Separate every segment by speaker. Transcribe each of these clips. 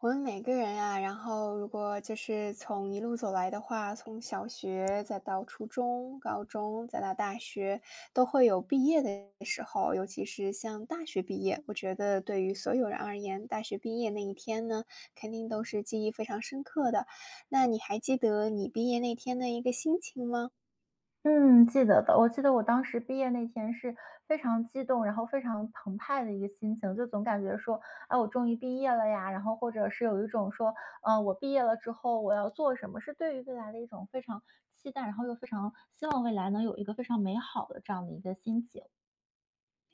Speaker 1: 我们每个人啊，然后如果就是从一路走来的话，从小学再到初中、高中，再到大学，都会有毕业的时候，尤其是像大学毕业，我觉得对于所有人而言，大学毕业那一天呢，肯定都是记忆非常深刻的。那你还记得你毕业那天的一个心情吗？
Speaker 2: 嗯，记得的。我记得我当时毕业那天是非常激动，然后非常澎湃的一个心情，就总感觉说，哎，我终于毕业了呀，然后或者是有一种说，我毕业了之后我要做什么，是对于未来的一种非常期待，然后又非常希望未来能有一个非常美好的这样的一个心情。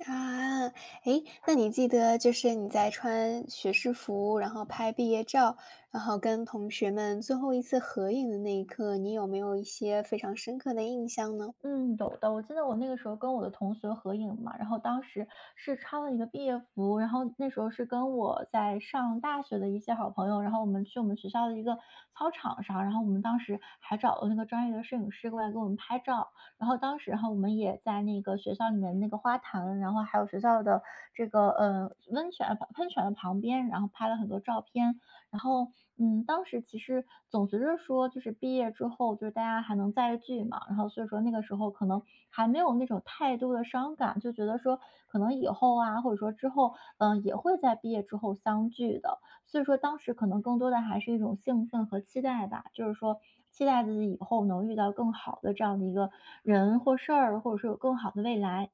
Speaker 1: 啊，诶，那你记得就是你在穿学士服，然后拍毕业照，然后跟同学们最后一次合影的那一刻，你有没有一些非常深刻的印象呢？
Speaker 2: 嗯，有的。我记得我那个时候跟我的同学合影嘛，然后当时是穿了一个毕业服，然后那时候是跟我在上大学的一些好朋友，然后我们去我们学校的一个操场上，然后我们当时还找了那个专业的摄影师过来给我们拍照，然后当时我们也在那个学校里面那个花坛，然后还有学校的这个温泉喷泉的旁边，然后拍了很多照片，然后，嗯，当时其实总觉着说，就是毕业之后，就是大家还能再聚嘛，然后所以说那个时候可能还没有那种太多的伤感，就觉得说可能以后啊，或者说之后，嗯，也会在毕业之后相聚的。所以说当时可能更多的还是一种兴奋和期待吧，就是说期待自己以后能遇到更好的这样的一个人或事儿，或者说有更好的未来。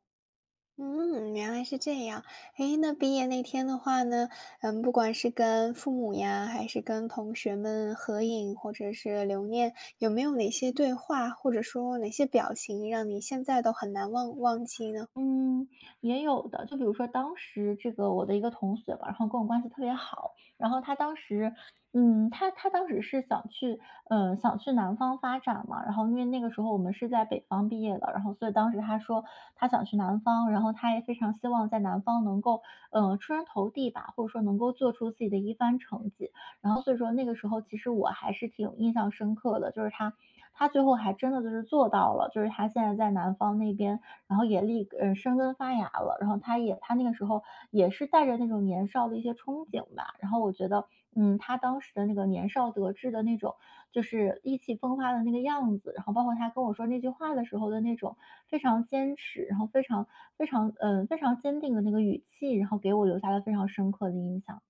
Speaker 1: 嗯，原来是这样。诶，那毕业那天的话呢，嗯，不管是跟父母呀，还是跟同学们合影，或者是留念，有没有哪些对话，或者说哪些表情，让你现在都很忘记呢？
Speaker 2: 嗯，也有的。就比如说当时这个我的一个同学吧，然后跟我关系特别好，然后他当时嗯，他当时是想去想去南方发展嘛，然后因为那个时候我们是在北方毕业的，然后所以当时他说他想去南方，然后他也非常希望在南方能够，出人头地吧，或者说能够做出自己的一番成绩。然后所以说那个时候其实我还是挺印象深刻的，就是他最后还真的就是做到了，就是他现在在南方那边然后也生根发芽了。然后他那个时候也是带着那种年少的一些憧憬吧，然后我觉得，嗯，他当时的那个年少得志的那种，就是意气风发的那个样子，然后包括他跟我说那句话的时候的那种非常坚持，然后非常坚定的那个语气，然后给我留下了非常深刻的印象。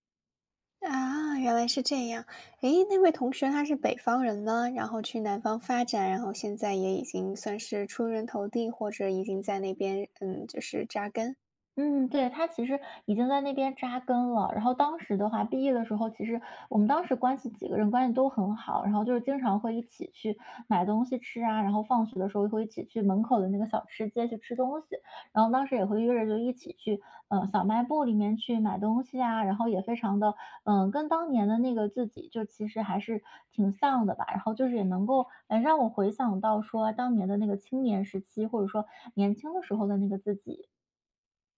Speaker 1: 啊，原来是这样。诶，那位同学他是北方人呢，然后去南方发展，然后现在也已经算是出人头地，或者已经在那边，嗯，就是扎根。
Speaker 2: 嗯，对，他其实已经在那边扎根了。然后当时的话，毕业的时候，其实我们当时几个人关系都很好，然后就是经常会一起去买东西吃啊，然后放学的时候会一起去门口的那个小吃街去吃东西，然后当时也会约着就一起去，小卖部里面去买东西啊，然后也非常的，嗯、跟当年的那个自己就其实还是挺像的吧。然后就是也能够，让我回想到说当年的那个青年时期，或者说年轻的时候的那个自己。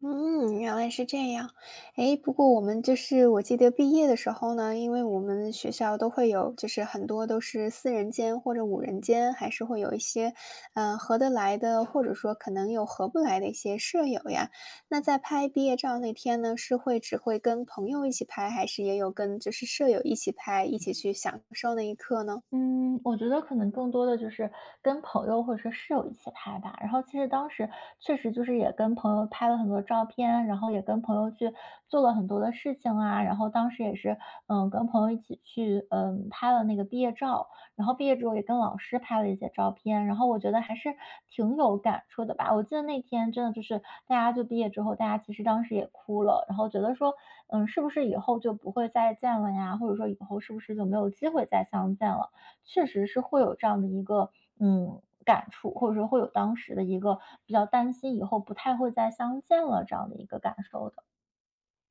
Speaker 1: 嗯，原来是这样。诶，不过我们就是我记得毕业的时候呢，因为我们学校都会有，就是很多都是四人间或者五人间，还是会有一些，嗯，合得来的，或者说可能有合不来的一些舍友呀。那在拍毕业照那天呢，是会只会跟朋友一起拍，还是也有跟就是舍友一起拍，一起去享受那一刻呢？
Speaker 2: 嗯，我觉得可能更多的就是跟朋友或者说室友一起拍吧。然后其实当时确实就是也跟朋友拍了很多照片，然后也跟朋友去做了很多的事情啊。然后当时也是，嗯，跟朋友一起去，嗯，拍了那个毕业照。然后毕业之后也跟老师拍了一些照片。然后我觉得还是挺有感触的吧。我记得那天真的就是大家就毕业之后，大家其实当时也哭了，然后觉得说，嗯，是不是以后就不会再见了呀？或者说以后是不是就没有机会再相见了？确实是会有这样的一个，嗯，感触，或者说会有当时的一个比较担心以后不太会再相见了这样的一个感受的。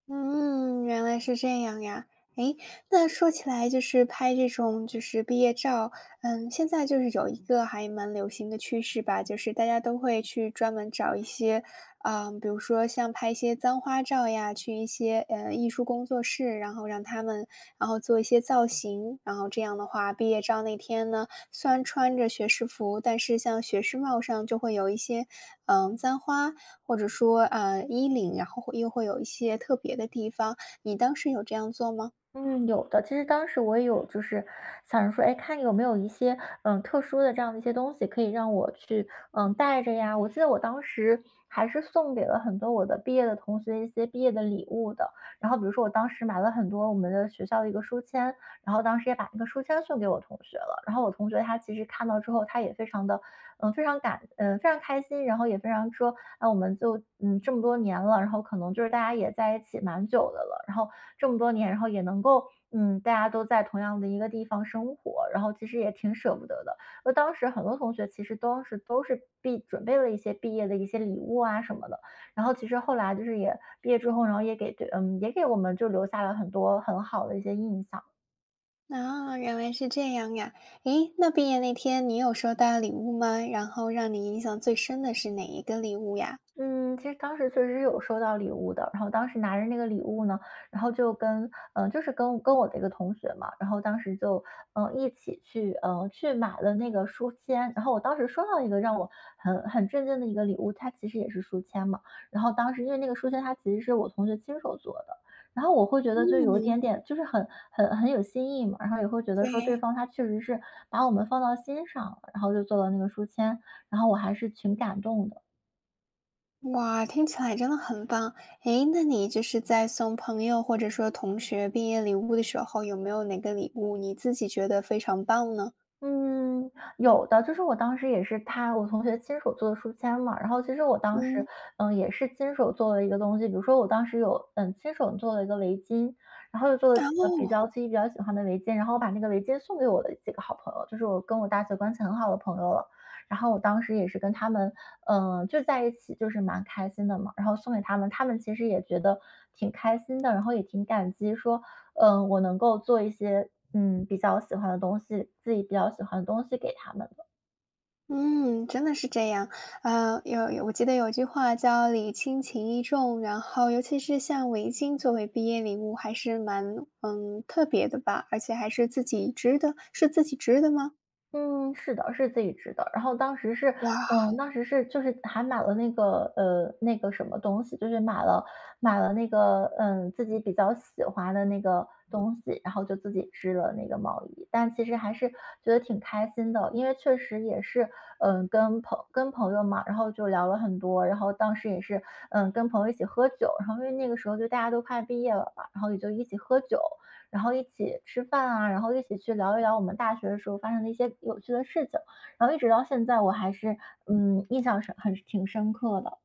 Speaker 1: 嗯，原来是这样呀。诶，那说起来就是拍这种就是毕业照，嗯，现在就是有一个还蛮流行的趋势吧，就是大家都会去专门找一些，嗯，比如说像拍一些簪花照呀，去一些艺术工作室，然后让他们然后做一些造型，然后这样的话，毕业照那天呢，虽然穿着学士服，但是像学士帽上就会有一些簪花，或者说，衣领，然后会又会有一些特别的地方，你当时有这样做吗？
Speaker 2: 嗯，有的。其实当时我也有，就是想着说，哎，看有没有一些特殊的这样的一些东西，可以让我去带着呀。我记得我当时还是送给了很多我的毕业的同学一些毕业的礼物的。然后比如说我当时买了很多我们的学校的一个书签，然后当时也把那个书签送给我同学了。然后我同学他其实看到之后，他也非常开心，然后也非常说那我们就这么多年了，然后可能就是大家也在一起蛮久的了，然后这么多年，然后也能够大家都在同样的一个地方生活，然后其实也挺舍不得的。就当时很多同学其实当时都是准备了一些毕业的一些礼物啊什么的，然后其实后来就是也毕业之后，然后也给对嗯也给我们就留下了很多很好的一些印象。
Speaker 1: 啊，原来是这样呀。诶，那毕业那天你有收到礼物吗？然后让你印象最深的是哪一个礼物呀？
Speaker 2: 嗯，其实当时确实是有收到礼物的，然后当时拿着那个礼物呢，然后就跟就是跟我的一个同学嘛，然后当时就一起去去买了那个书签，然后我当时收到一个让我很震惊的一个礼物，它其实也是书签嘛，然后当时因为那个书签它其实是我同学亲手做的，然后我会觉得就有一点
Speaker 1: 嗯，
Speaker 2: 点就是很有新意嘛，然后也会觉得说对
Speaker 1: 对。
Speaker 2: 方他确实是把我们放到心上了，然后就做了那个书签，然后我还是挺感动的。
Speaker 1: 哇，听起来真的很棒。诶，那你就是在送朋友或者说同学毕业礼物的时候，有没有哪个礼物你自己觉得非常棒呢？
Speaker 2: 嗯，有的，就是我当时也是我同学亲手做的书签嘛，然后其实我当时，
Speaker 1: 嗯。
Speaker 2: 嗯，也是亲手做了一个东西，比如说我当时有，嗯，亲手做了一个围巾，然后又做了
Speaker 1: 然
Speaker 2: 几个比
Speaker 1: 后。
Speaker 2: 较自己比较喜欢的围巾，然后我把那个围巾送给我的几个好朋友，就是我跟我大学关系很好的朋友了，然后我当时也是跟他们，嗯，就在一起，就是蛮开心的嘛，然后送给他们，他们其实也觉得挺开心的，然后也挺感激，说，嗯，我能够做一些，嗯，比较喜欢的东西，自己比较喜欢的东西给他们。
Speaker 1: 嗯，真的是这样。呃，有我记得有句话叫“礼轻情意重”，然后尤其是像围巾作为毕业礼物，还是蛮，嗯，特别的吧，而且还是自己织的，是自己织的吗？
Speaker 2: 嗯，是的，是自己织的。然后当时是，
Speaker 1: 哇！
Speaker 2: 嗯，当时是就是还买了那个那个什么东西，就是买了那个自己比较喜欢的那个东西，然后就自己织了那个毛衣。但其实还是觉得挺开心的，因为确实也是跟朋友嘛，然后就聊了很多，然后当时也是跟朋友一起喝酒，然后因为那个时候就大家都快毕业了嘛，然后也就一起喝酒，然后一起吃饭啊，然后一起去聊一聊我们大学的时候发生的一些有趣的事情，然后一直到现在我还是，嗯，印象是很挺深刻的。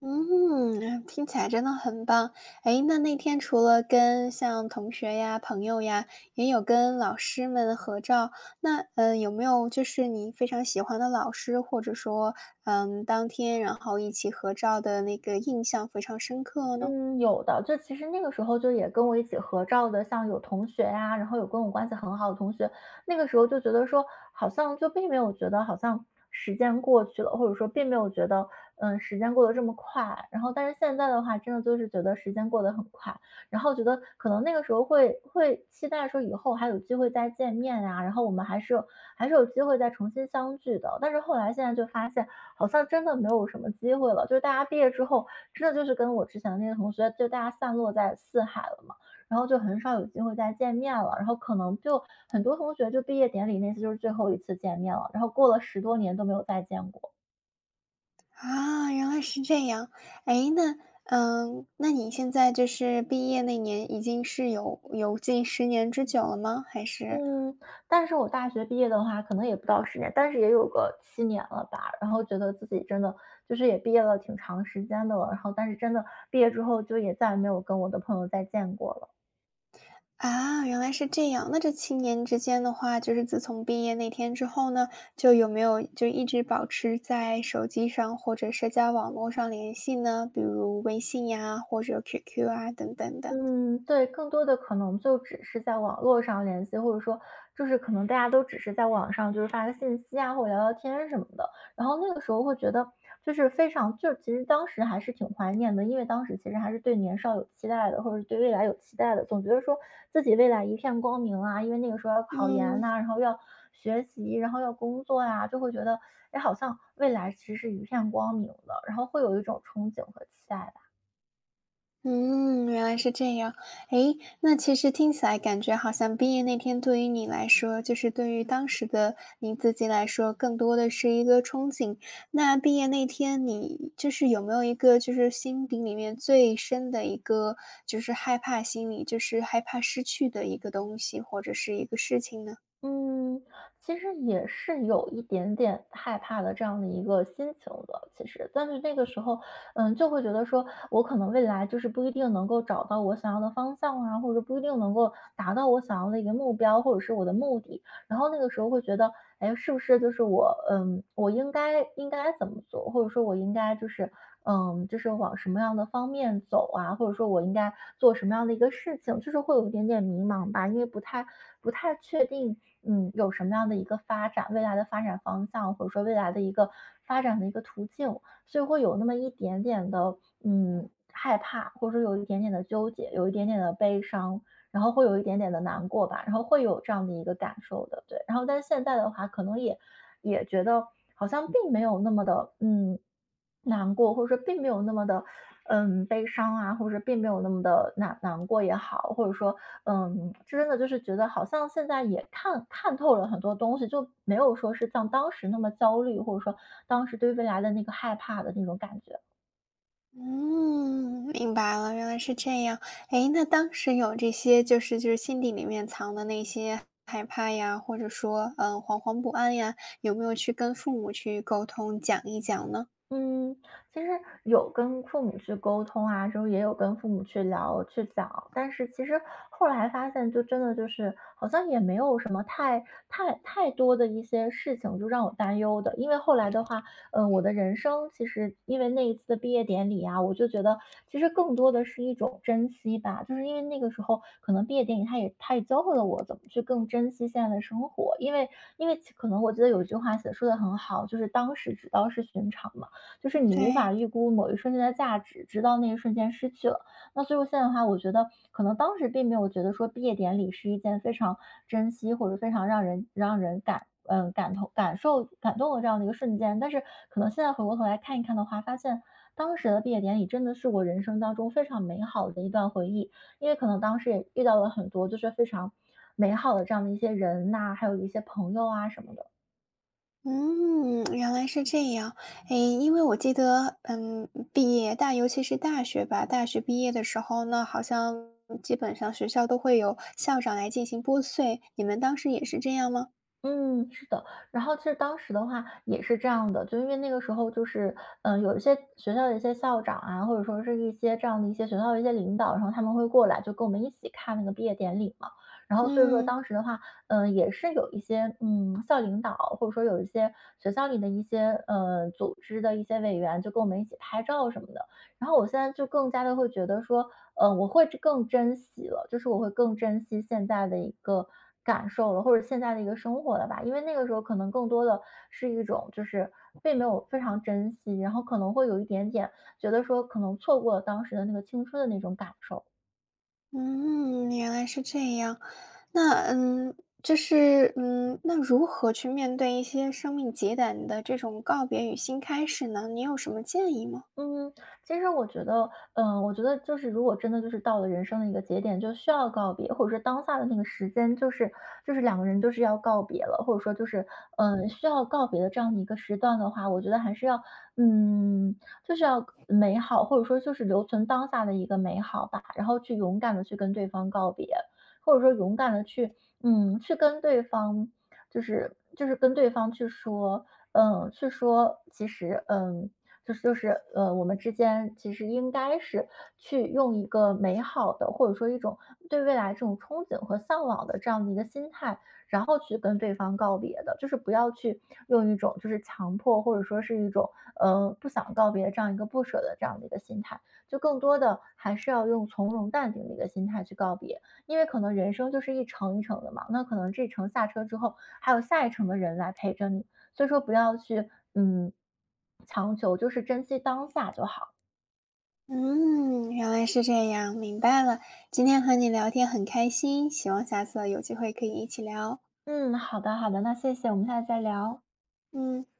Speaker 1: 嗯，听起来真的很棒。哎，那那天除了跟像同学呀、朋友呀，也有跟老师们合照，那，呃，有没有就是你非常喜欢的老师，或者说，嗯，当天然后一起合照的那个印象非常深刻呢？
Speaker 2: 嗯，有的，就其实那个时候就也跟我一起合照的，像有同学呀、然后有跟我关系很好的同学，那个时候就觉得说，好像就并没有觉得好像时间过去了，或者说并没有觉得，嗯，时间过得这么快。然后，但是现在的话，真的就是觉得时间过得很快，然后觉得可能那个时候会期待说以后还有机会再见面啊，然后我们还是有机会再重新相聚的。但是后来现在就发现，好像真的没有什么机会了。就是大家毕业之后，真的就是跟我之前的那些同学，就大家散落在四海了嘛，然后就很少有机会再见面了。然后可能就很多同学就毕业典礼那次就是最后一次见面了，然后过了10多年都没有再见过。
Speaker 1: 啊，原来是这样。哎，那嗯，那你现在就是毕业那年已经是有近10年之久了吗？还是
Speaker 2: 嗯，但是我大学毕业的话，可能也不到10年，但是也有个7年了吧。然后觉得自己真的就是也毕业了挺长时间的了，然后但是真的毕业之后就也再也没有跟我的朋友再见过了。
Speaker 1: 啊，原来是这样。那这7年之间的话，就是自从毕业那天之后呢，就有没有就一直保持在手机上或者社交网络上联系呢？比如微信呀，或者 QQ 啊等等的。
Speaker 2: 嗯，对，更多的可能就只是在网络上联系，或者说就是可能大家都只是在网上就是发个信息啊，或者聊聊天什么的。然后那个时候会觉得就是非常，就其实当时还是挺怀念的，因为当时其实还是对年少有期待的，或者对未来有期待的，总觉得说自己未来一片光明啊，因为那个时候要考研
Speaker 1: 嗯。
Speaker 2: 呐、然后要学习，然后要工作呀、就会觉得哎，好像未来其实是一片光明的，然后会有一种憧憬和期待。
Speaker 1: 嗯，原来是这样。诶，那其实听起来感觉好像毕业那天对于你来说，就是对于当时的你自己来说，更多的是一个憧憬。那毕业那天你就是有没有一个就是心底里面最深的一个就是害怕心理，就是害怕失去的一个东西或者是一个事情呢？
Speaker 2: 嗯，其实也是有一点点害怕的这样的一个心情的，其实，但是那个时候，就会觉得说，我可能未来就是不一定能够找到我想要的方向啊，或者不一定能够达到我想要的一个目标，或者是我的目的，然后那个时候会觉得，哎，是不是就是我，我应该怎么做，或者说我应该就是，就是往什么样的方面走啊，或者说我应该做什么样的一个事情，就是会有一点点迷茫吧，因为不太确定，嗯，有什么样的一个发展，未来的发展方向，或者说未来的一个发展的一个途径，所以会有那么一点点的，害怕，或者说有一点点的纠结，有一点点的悲伤。然后会有一点点的难过吧，然后会有这样的一个感受的，对。然后但是现在的话，可能也觉得好像并没有那么的，难过，或者说并没有那么的，悲伤啊，或者说并没有那么的难过也好，或者说，真的就是觉得好像现在也看透了很多东西，就没有说是像当时那么焦虑，或者说当时对未来的那个害怕的那种感觉。
Speaker 1: 嗯，明白了，原来是这样。诶，那当时有这些就是心底里面藏的那些害怕呀，或者说，惶惶不安呀，有没有去跟父母去沟通讲一讲呢？
Speaker 2: 嗯，其实有跟父母去沟通啊，之后也有跟父母去聊、去讲，但是其实后来发现，就真的就是好像也没有什么太多的一些事情，就让我担忧的。因为后来的话，嗯、我的人生其实因为那一次的毕业典礼啊，我就觉得其实更多的是一种珍惜吧，就是因为那个时候可能毕业典礼，他也教会了我怎么去更珍惜现在的生活，因为因为其可能我记得有一句话写得说的很好，就是当时只道是寻常嘛。就是你无
Speaker 1: 对，
Speaker 2: 法预估某一瞬间的价值，直到那一瞬间失去了。那所以我现在的话，我觉得可能当时并没有觉得说毕业典礼是一件非常珍惜或者非常让人感嗯感同感受感动的这样的一个瞬间，但是可能现在回过头来看一看的话，发现当时的毕业典礼真的是我人生当中非常美好的一段回忆，因为可能当时也遇到了很多就是非常美好的这样的一些人呐、还有一些朋友啊什么的。
Speaker 1: 嗯，原来是这样。诶，因为我记得，嗯，毕业大尤其是大学吧，大学毕业的时候呢，好像基本上学校都会有校长来进行拨穗，你们当时也是这样吗？
Speaker 2: 嗯，是的。然后其实当时的话也是这样的，就因为那个时候就是，有一些学校的一些校长啊，或者说是一些这样的一些学校的一些领导，然后他们会过来就跟我们一起看那个毕业典礼嘛。然后所以说
Speaker 1: 嗯。
Speaker 2: 当时的话，嗯，也是有一些校领导，或者说有一些学校里的一些组织的一些委员，就跟我们一起拍照什么的。然后我现在就更加的会觉得说，我会更珍惜了，就是我会更珍惜现在的一个感受了，或者现在的一个生活了吧。因为那个时候可能更多的是一种就是并没有非常珍惜，然后可能会有一点点觉得说可能错过了当时的那个青春的那种感受。
Speaker 1: 嗯，原来是这样。那嗯，那如何去面对一些生命节点的这种告别与新开始呢？你有什么建议吗？
Speaker 2: 嗯，其实我觉得，我觉得就是如果真的就是到了人生的一个节点，就需要告别，或者说当下的那个时间，就是两个人就是要告别了，或者说就是，需要告别的这样的一个时段的话，我觉得还是要，嗯，就是要美好，或者说就是留存当下的一个美好吧，然后去勇敢的去跟对方告别，或者说勇敢的去，去跟对方，就是跟对方去说，嗯，去说，其实，嗯。我们之间其实应该是去用一个美好的，或者说一种对未来这种憧憬和向往的这样的一个心态，然后去跟对方告别的，就是不要去用一种就是强迫或者说是一种，不想告别这样一个不舍的这样的一个心态，就更多的还是要用从容淡定的一个心态去告别，因为可能人生就是一程一程的嘛，那可能这程下车之后，还有下一程的人来陪着你。所以说不要去，强求，就是珍惜当下就好。
Speaker 1: 嗯，原来是这样，明白了。今天和你聊天很开心，希望下次有机会可以一起聊。
Speaker 2: 嗯，好的好的，那谢谢，我们下次再聊。
Speaker 1: 嗯。